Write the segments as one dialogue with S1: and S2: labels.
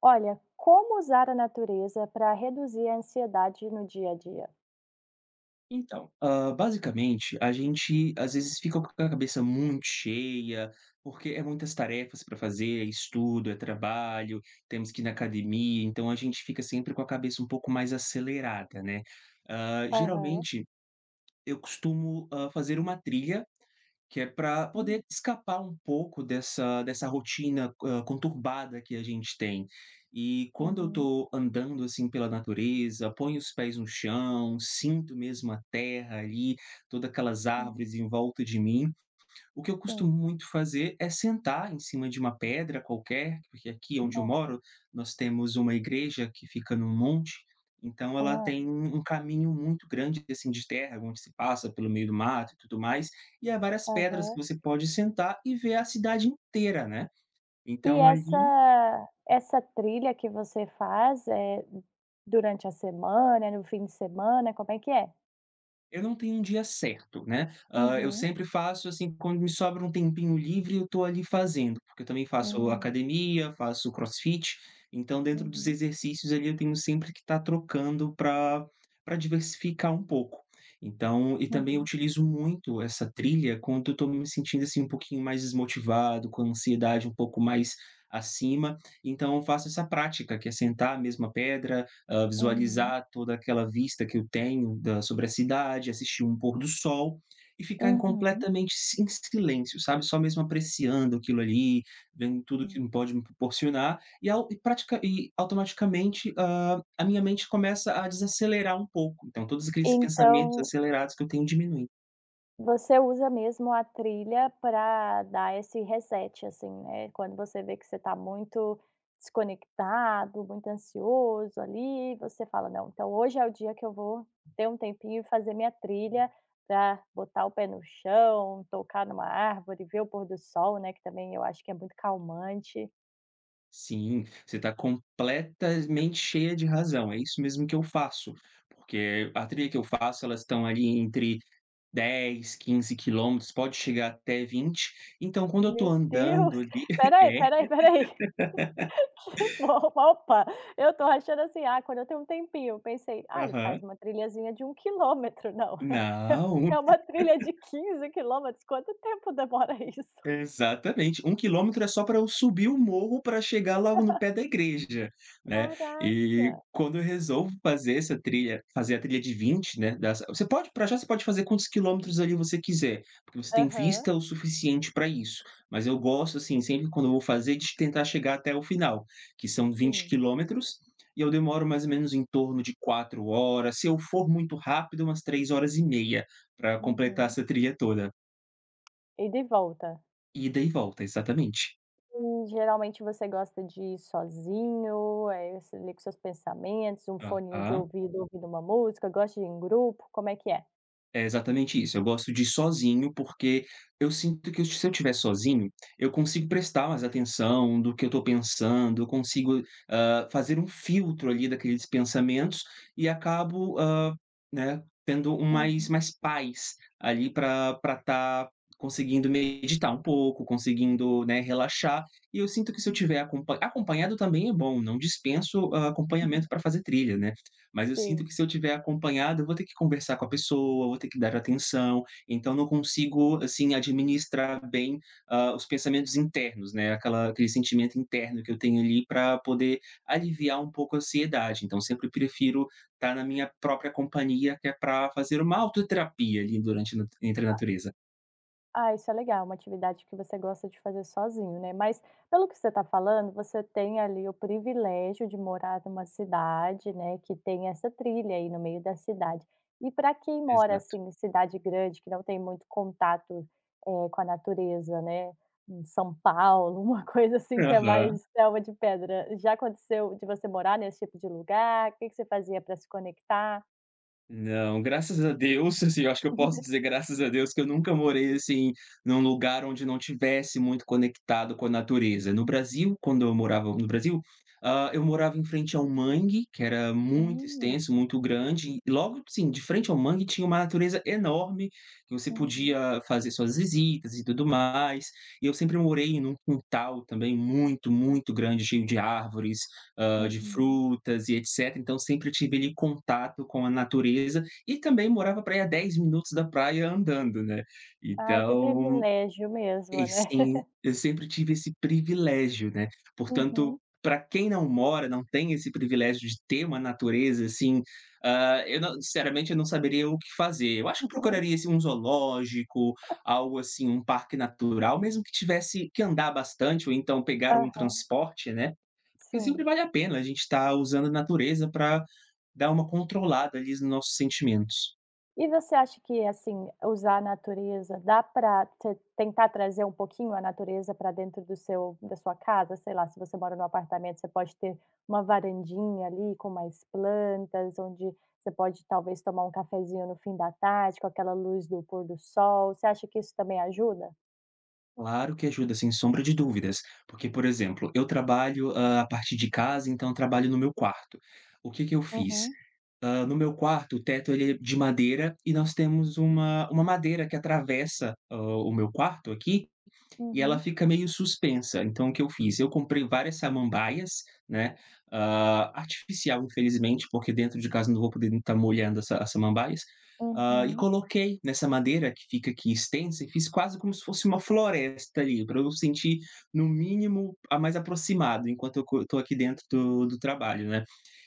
S1: Olha, como usar a natureza para reduzir a ansiedade no dia a dia?
S2: Então, basicamente, a gente às vezes fica com a cabeça muito cheia, porque é muitas tarefas para fazer, é estudo, é trabalho, temos que ir na academia, então a gente fica sempre com a cabeça um pouco mais acelerada, né. Hã,
S1: Aham.
S2: geralmente eu costumo, fazer uma trilha que é para
S1: Hum.
S2: poder escapar um pouco dessa rotina, conturbada que a gente tem. E quando eu
S1: Uhum.
S2: estou andando, assim, pela natureza, ponho os pés no chão, sinto mesmo a terra ali, todas aquelas
S1: Hum.
S2: árvores em volta de mim, o que eu costumo
S1: Sim.
S2: muito fazer é sentar em cima de uma pedra qualquer, porque aqui onde eu moro,
S1: Aham.
S2: nós temos uma igreja que fica num monte, então ela
S1: Ah.
S2: tem um caminho muito grande, assim, de terra, onde se passa pelo meio do mato e tudo mais, e há várias pedras que
S1: Aham.
S2: você pode sentar e ver a cidade inteira, né.
S1: E
S2: Então ali
S1: essa trilha que você faz, é durante a semana, no fim de semana, como é que é?
S2: Eu não tenho um dia certo, né. Eu
S1: Uhum.
S2: sempre faço, assim, quando me sobra um tempinho livre, eu tô ali fazendo, porque eu também faço
S1: Hum.
S2: academia, faço crossfit, então dentro dos
S1: Uhum.
S2: exercícios ali eu tenho sempre que estar trocando para diversificar um pouco. Então e também eu
S1: Uhum.
S2: utilizo muito essa trilha quando eu tô me sentindo, assim, um pouquinho mais desmotivado, com a ansiedade um pouco mais acima, então eu faço essa prática que é sentar a mesma pedra,
S1: Uhum.
S2: visualizar toda aquela vista que eu tenho da sobre a cidade, assistir um pôr do sol e ficar em
S1: Uhum.
S2: completamente si em silêncio, sabe, só mesmo apreciando aquilo ali, vendo tudo que
S1: Hum.
S2: pode me proporcionar e ao e pratica e automaticamente, a minha mente começa a desacelerar um pouco, então todos aqueles pensamentos
S1: Então
S2: acelerados que eu tenho diminuem.
S1: você usa mesmo a trilha para dar esse reset, assim, né, quando você vê que você está muito desconectado, muito ansioso ali, você fala: "Não, então hoje é o dia que eu vou ter um tempinho e fazer minha trilha pra botar o pé no chão, tocar numa árvore, ver o pôr do sol", né, que também eu acho que é muito calmante.
S2: Sim, você está completamente cheia de razão, é isso mesmo que eu faço, porque a trilha que eu faço, elas estão ali entre 10, 15 quilômetros, pode chegar até 20. Então, quando eu tô
S1: Meu Deus,
S2: andando ali
S1: espera aí, espera aí,
S2: é,
S1: espera aí. Bom, opa, eu tô achando assim, ah, quando eu tenho um tempinho, eu pensei: "Ah, ele faz
S2: aham.
S1: uma trilhazinha de 1 quilômetro", não,
S2: Não.
S1: é uma trilha de 15 quilômetros, quanto tempo demora isso?
S2: Exatamente. 1 quilômetro é só para eu subir o morro para chegar logo no pé da igreja, né.
S1: Caraca!
S2: E quando eu resolvo fazer a trilha de 20, né, das você pode para já você pode fazer quantos quilômetros ali você quiser, porque você tem
S1: Aham,
S2: vista o suficiente para isso, mas eu gosto, assim, sempre quando eu vou fazer de tentar chegar até o final, que são vinte
S1: sim,
S2: quilômetros, e eu demoro mais ou menos em torno de 4 horas, se eu for muito rápido, umas 3 horas e meia para completar
S1: uhum.
S2: essa trilha toda.
S1: Ida e de volta.
S2: Ida e volta, exatamente.
S1: E geralmente você gosta de ir sozinho, você ali com seus pensamentos, um foninho de
S2: Aham.
S1: ouvido ouvindo uma música, gosta de ir em grupo, como é que é?
S2: É exatamente isso, eu gosto de ir sozinho, porque eu sinto que se eu estiver sozinho, eu consigo prestar mais atenção do que eu estou pensando, eu consigo, fazer um filtro ali daqueles pensamentos e acabo, né, tendo um mais
S1: Uhum.
S2: mais paz ali para pra estar conseguindo meditar um pouco, conseguindo, né, relaxar. E eu sinto que se eu tiver acompanhado também é bom, não dispenso acompanhamento para fazer trilha, né. Mas eu sinto
S1: Sim.
S2: que se eu tiver acompanhado, eu vou ter que conversar com a pessoa, vou ter que dar atenção, então não consigo, assim, administrar bem, os pensamentos internos, né, aquela aquele sentimento interno que eu tenho ali para poder aliviar um pouco a ansiedade. Então sempre prefiro estar na minha própria companhia, que é para fazer uma autoterapia ali durante a nat entre a natureza.
S1: Ah, isso é legal, uma atividade que você gosta de fazer sozinho, né. Mas, pelo que você está falando, você tem ali o privilégio de morar numa cidade, né, que tem essa trilha aí no meio da cidade. E para quem mora,
S2: Exato.
S1: assim, em cidade grande, que não tem muito contato, com a natureza, né, em São Paulo, uma coisa assim que é
S2: Aham.
S1: mais selva de pedra, já aconteceu de você morar nesse tipo de lugar? O que que você fazia para se conectar?
S2: Não, graças a Deus, assim, eu acho que eu posso dizer graças a Deus que eu nunca morei, assim, num lugar onde não tivesse muito conectado com a natureza. No Brasil, quando eu morava no Brasil, eu morava em frente a um mangue, que era muito
S1: Hum,
S2: extenso, muito grande, e logo, assim, de frente ao mangue tinha uma natureza enorme, que você
S1: uhum,
S2: podia fazer suas visitas e tudo mais. E eu sempre morei num quintal também muito, muito grande, cheio de árvores, de
S1: uhum.
S2: frutas e etc. Então sempre tive ali contato com a natureza e também morava pra aí a 10 minutos da praia andando, né.
S1: Ai, que
S2: Então,
S1: privilégio mesmo,
S2: e
S1: né.
S2: sim, eu sempre tive esse privilégio, né. Portanto,
S1: Uhum.
S2: para quem não mora, não tem esse privilégio de ter uma natureza assim, eu não sinceramente eu não saberia o que fazer. Eu acho que procuraria assim um zoológico, algo assim, um parque natural, mesmo que tivesse que andar bastante ou então pegar um
S1: Aham,
S2: transporte, né, porque sempre
S1: sim.
S2: vale a pena a gente estar usando a natureza para dar uma controlada ali nos nossos sentimentos.
S1: E você acha que, assim, usar a natureza dá para tentar trazer um pouquinho a natureza para dentro do seu da sua casa? Sei lá, se você mora num apartamento, você pode ter uma varandinha ali com mais plantas, onde você pode talvez tomar um cafezinho no fim da tarde, com aquela luz do pôr do sol. Você acha que isso também ajuda?
S2: Claro que ajuda, sem sombra de dúvidas, porque, por exemplo, eu trabalho, a partir de casa, então eu trabalho no meu quarto. O que que eu fiz?
S1: Uhum,
S2: No meu quarto, o teto ele é de madeira e nós temos uma madeira que atravessa, o meu quarto aqui e ela
S1: uhum,
S2: fica meio suspensa. Então, o que eu fiz? Eu comprei várias samambaias, né, artificial, infelizmente, porque dentro de casa eu não vou poder estar molhando essa as samambaias, e
S1: uhum,
S2: coloquei nessa madeira que fica aqui extensa e fiz quase como se fosse uma floresta ali, para eu sentir, no mínimo, a mais aproximado enquanto eu estou aqui dentro do trabalho, né.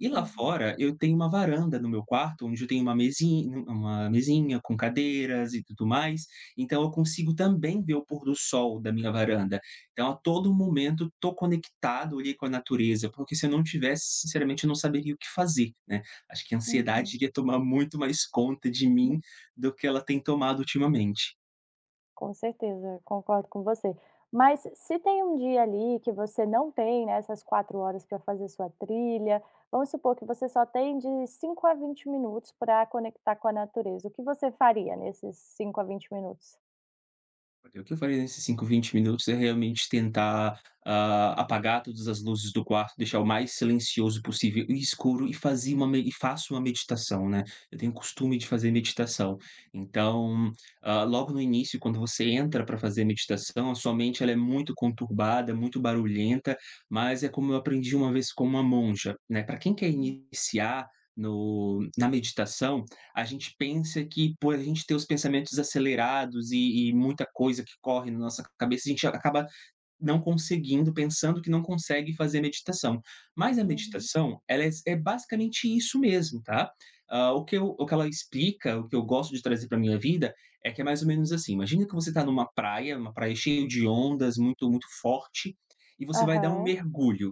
S2: E lá
S1: uhum,
S2: fora eu tenho uma varanda no meu quarto, onde eu tenho uma mesinha com cadeiras e tudo mais, então eu consigo também ver o pôr do sol da minha varanda. Então a todo momento tô conectado ali com a natureza, porque se eu não tivesse, sinceramente eu não saberia o que fazer, né. Acho que a ansiedade
S1: uhum.
S2: iria tomar muito mais conta de mim do que ela tem tomado ultimamente.
S1: Com certeza, concordo com você. Mas se tem um dia ali que você não tem, né, essas 4 horas para fazer sua trilha, vamos supor que você só tem de 5 a 20 minutos para conectar com a natureza, o que você faria nesses 5 a 20 minutos?
S2: O que eu faria nesses 5 20 minutos é realmente tentar, apagar todas as luzes do quarto, deixar o mais silencioso possível e escuro e fazer uma me e faço uma meditação, né. Eu tenho costume de fazer meditação. Então, ah, logo no início, quando você entra para fazer meditação, a sua mente ela é muito conturbada, muito barulhenta, mas é como eu aprendi uma vez com uma monja, né, para quem quer
S1: Hum,
S2: iniciar no na meditação, a gente pensa que, por a gente ter os pensamentos acelerados e muita coisa que corre na nossa cabeça, a gente acaba não conseguindo, pensando que não consegue fazer meditação. Mas a
S1: uhum.
S2: meditação, ela é basicamente isso mesmo, tá? Ah, o que ela explica, o que eu gosto de trazer para minha vida, é que é mais ou menos assim. Imagina que você está numa praia, uma praia cheia de ondas, muito, muito forte, e você vai dar um
S1: Aham,
S2: mergulho.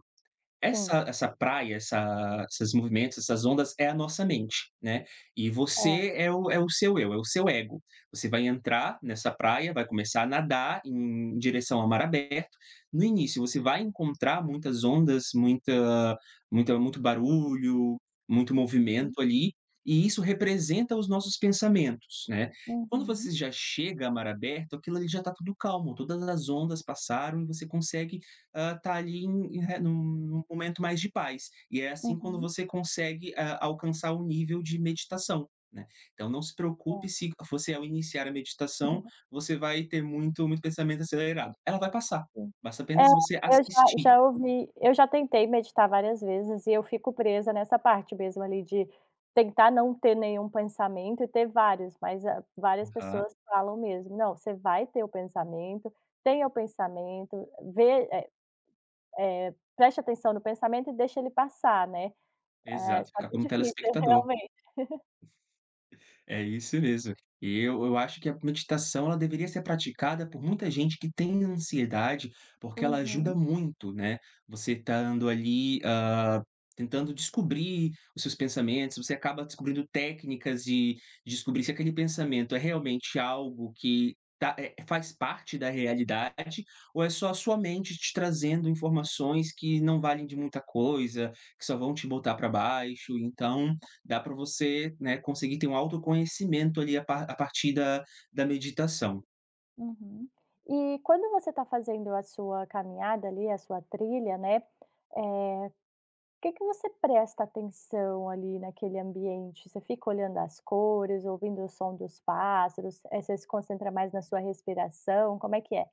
S1: sim,
S2: Essa praia, essa esses movimentos, essas ondas é a nossa mente, né, e você
S1: é.
S2: é o seu eu, é o seu ego. Você vai entrar nessa praia, vai começar a nadar em direção a mar aberto. No início, você vai encontrar muitas ondas, muita muita muito barulho, muito
S1: Uhum,
S2: movimento ali, e isso representa os nossos pensamentos, né. Quando você
S1: uhum,
S2: já chega a mar aberto, aquilo ali já está tudo calmo, todas as ondas passaram e você consegue tá ali em em re num num momento mais de paz. E é assim quando você consegue, alcançar o nível de meditação, né. Então não se preocupe
S1: uhum,
S2: se você ao iniciar a meditação,
S1: é.
S2: você vai ter muito pensamento acelerado. Ela vai passar,
S1: Sim.
S2: basta
S1: É,
S2: apenas você
S1: eu já
S2: assistir.
S1: já ouvi eu já tentei meditar várias vezes e eu fico presa nessa parte mesmo ali de tentar não ter nenhum pensamento e ter vários, mas, ah, várias
S2: Aham,
S1: pessoas falam mesmo: "Não, você vai ter o pensamento, tenha o pensamento, vê, preste atenção no pensamento e deixa ele passar", né.
S2: exato,
S1: Só
S2: ficar
S1: que é
S2: como
S1: difícil
S2: telespectador.
S1: realmente.
S2: É isso mesmo. E eu acho que a meditação ela deveria ser praticada por muita gente que tem ansiedade, porque ela ajuda
S1: Uhum,
S2: muito, né. Você estando ali, tentando descobrir os seus pensamentos, você acaba descobrindo técnicas de descobrir se aquele pensamento é realmente algo que tá faz parte da realidade ou é só a sua mente te trazendo informações que não valem de muita coisa, que só vão te botar para baixo. Então, dá para você, né, conseguir ter um autoconhecimento ali a partir da meditação.
S1: uhum. E quando você está fazendo a sua caminhada ali, a sua trilha, né, eh que você presta atenção ali naquele ambiente? Você fica olhando as cores, ouvindo o som dos pássaros, você se concentra mais na sua respiração, como é que é?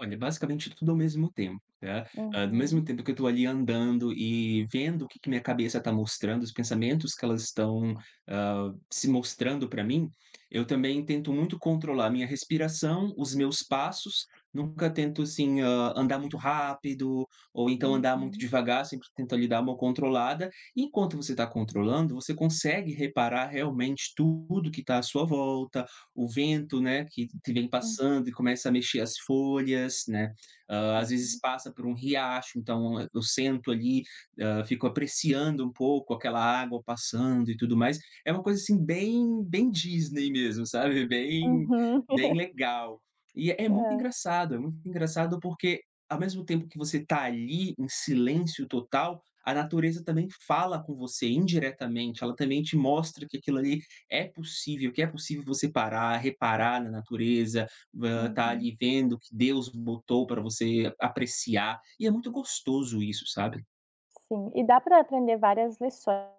S2: Olha, basicamente tudo ao mesmo tempo, tá. Do mesmo
S1: Uhum,
S2: tempo que eu estou ali andando e vendo o que que minha cabeça está mostrando, os pensamentos que elas estão, se mostrando para mim, eu também tento muito controlar a minha respiração, os meus passos, nunca tento assim, andar muito rápido ou então andar muito
S1: uhum,
S2: devagar, sempre tento ali dar uma controlada. Enquanto você está controlando, você consegue reparar realmente tudo que está à sua volta, o vento, né, que vem
S1: hum,
S2: passando e começa a mexer as folhas, né, às vezes
S1: uhum,
S2: passa por um riacho, então eu sento ali, fico apreciando um pouco aquela água passando e tudo mais. É uma coisa, assim, bem bem Disney mesmo, sabe, bem
S1: uhum.
S2: bem legal. E
S1: Hã,
S2: é muito engraçado porque ao mesmo tempo que você tá ali em silêncio total, a natureza também fala com você indiretamente, ela também te mostra que aquilo ali é possível, que é possível você parar, reparar na natureza, estar tá
S1: uhum.
S2: ali vendo o que Deus botou para você apreciar, e é muito gostoso isso, sabe.
S1: Sim, e dá para aprender várias lições.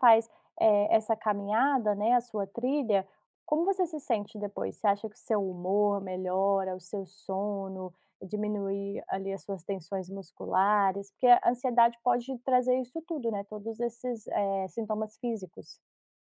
S1: Faz, essa caminhada, né, a sua trilha, como você se sente depois? Você acha que o seu humor melhora, o seu sono, diminui ali as suas tensões musculares? Porque a ansiedade pode trazer isso tudo, né, todos esses, sintomas físicos.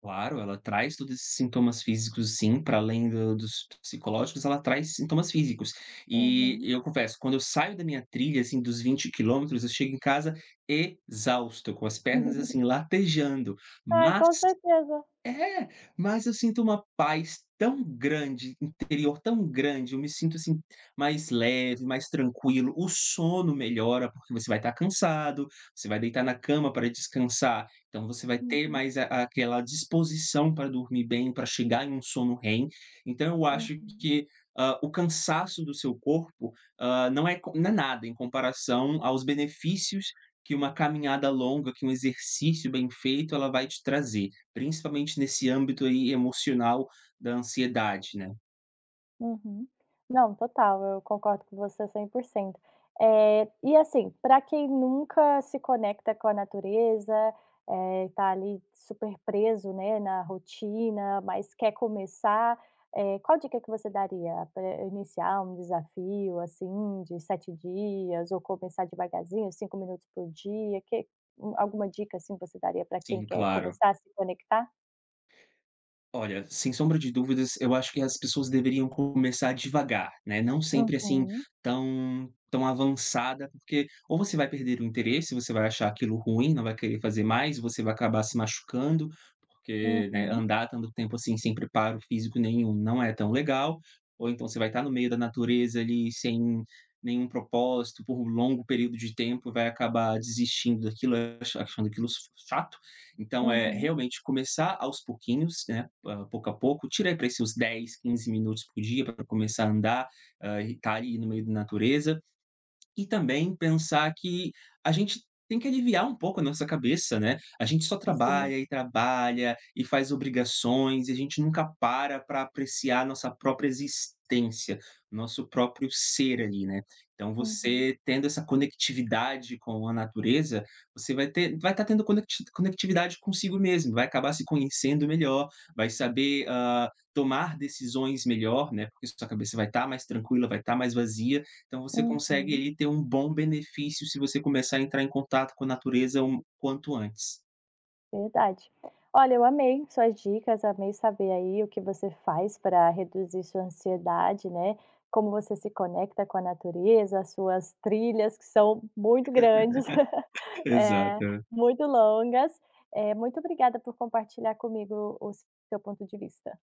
S2: Claro, ela traz todos esses sintomas físicos sim, para além do dos psicológicos, ela traz sintomas físicos. E
S1: Uhum.
S2: eu confesso, quando eu saio da minha trilha, assim, dos 20 km, eu chego em casa exausto, com as pernas, assim, latejando,
S1: Ai,
S2: mas
S1: com certeza.
S2: É, mas eu sinto uma paz tão grande, interior tão grande, eu me sinto, assim, mais leve, mais tranquilo, o sono melhora, porque você vai estar cansado, você vai deitar na cama para descansar, então você vai ter
S1: Uhum,
S2: mais a aquela disposição para dormir bem, para chegar em um sono REM, então eu acho
S1: uhum.
S2: que, o cansaço do seu corpo, não é nada em comparação aos benefícios que uma caminhada longa, que um exercício bem feito, ela vai te trazer. Principalmente nesse âmbito aí emocional da ansiedade, né.
S1: Uhum. Não, total, eu concordo com você 100%. E assim, para quem nunca se conecta com a natureza, tá ali super preso, né, na rotina, mas quer começar, qual dica que você daria pra iniciar um desafio, assim, de 7 dias ou começar devagarzinho, 5 minutos por dia? Que um Alguma dica, assim, você daria para quem
S2: Sim,
S1: quer
S2: claro.
S1: começar a se conectar?
S2: Olha, sem sombra de dúvidas, eu acho que as pessoas deveriam começar devagar, né, não sempre, assim,
S1: Uhum,
S2: tão avançada, porque ou você vai perder o interesse, você vai achar aquilo ruim, não vai querer fazer mais, você vai acabar se machucando, porque, né,
S1: uhum,
S2: andar tanto tempo assim sem preparo físico nenhum não é tão legal, ou então você vai estar no meio da natureza ali sem nenhum propósito por um longo período de tempo, vai acabar desistindo daquilo, achando aquilo s chato, então, é
S1: uhum.
S2: realmente começar aos pouquinhos, né, ah, pouco a pouco, tira aí para esses 10, 15 minutos por dia para começar a andar, ah, e tá ali no meio da natureza. E também pensar que a gente tem que aliviar um pouco a nossa cabeça, né. A gente só
S1: Sim,
S2: trabalha e trabalha e faz obrigações e a gente nunca para para apreciar a nossa própria existência, nosso próprio ser ali, né. Então
S1: uhum.
S2: você tendo essa conectividade com a natureza, você vai ter vai estar tendo conectividade consigo mesmo, vai acabar se conhecendo melhor, vai saber, tomar decisões melhor, né, porque sua cabeça vai estar mais tranquila, vai estar mais vazia, então você consegue
S1: Uhum,
S2: aí ter um bom benefício se você começar a entrar em contato com a natureza um quanto antes.
S1: verdade. Olha, eu amei suas dicas, amei saber aí o que você faz para reduzir sua ansiedade, né? Como você se conecta com a natureza, as suas trilhas que são muito grandes, eh,
S2: Exato.
S1: muito longas. Muito obrigada por compartilhar comigo o seu ponto de vista.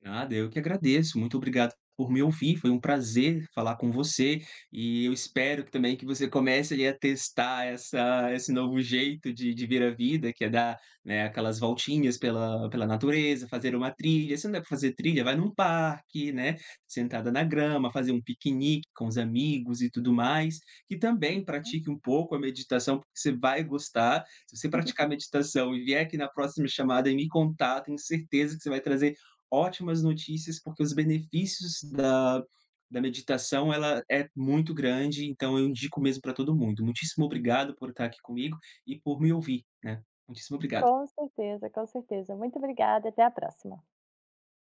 S2: Nada, eu que agradeço. Muito obrigado por me ouvir. Foi um prazer falar com você e eu espero que também que você comece ali a testar essa esse novo jeito de ver a vida, que é dar, né, aquelas voltinhas pela natureza, fazer uma trilha. Se não der para fazer trilha, vai num parque, né, sentada na grama, fazer um piquenique com os amigos e tudo mais. E também
S1: Uhum.
S2: pratique um pouco a meditação, porque você vai gostar. Se você praticar meditação e vier aqui na próxima chamada e me contar, tenho certeza que você vai trazer ótimas notícias, porque os benefícios da meditação, ela é muito grande, então eu indico mesmo para todo mundo. Muitíssimo obrigado por estar aqui comigo e por me ouvir, né. Muitíssimo obrigado.
S1: Com certeza, com certeza. Muito obrigada, até a próxima.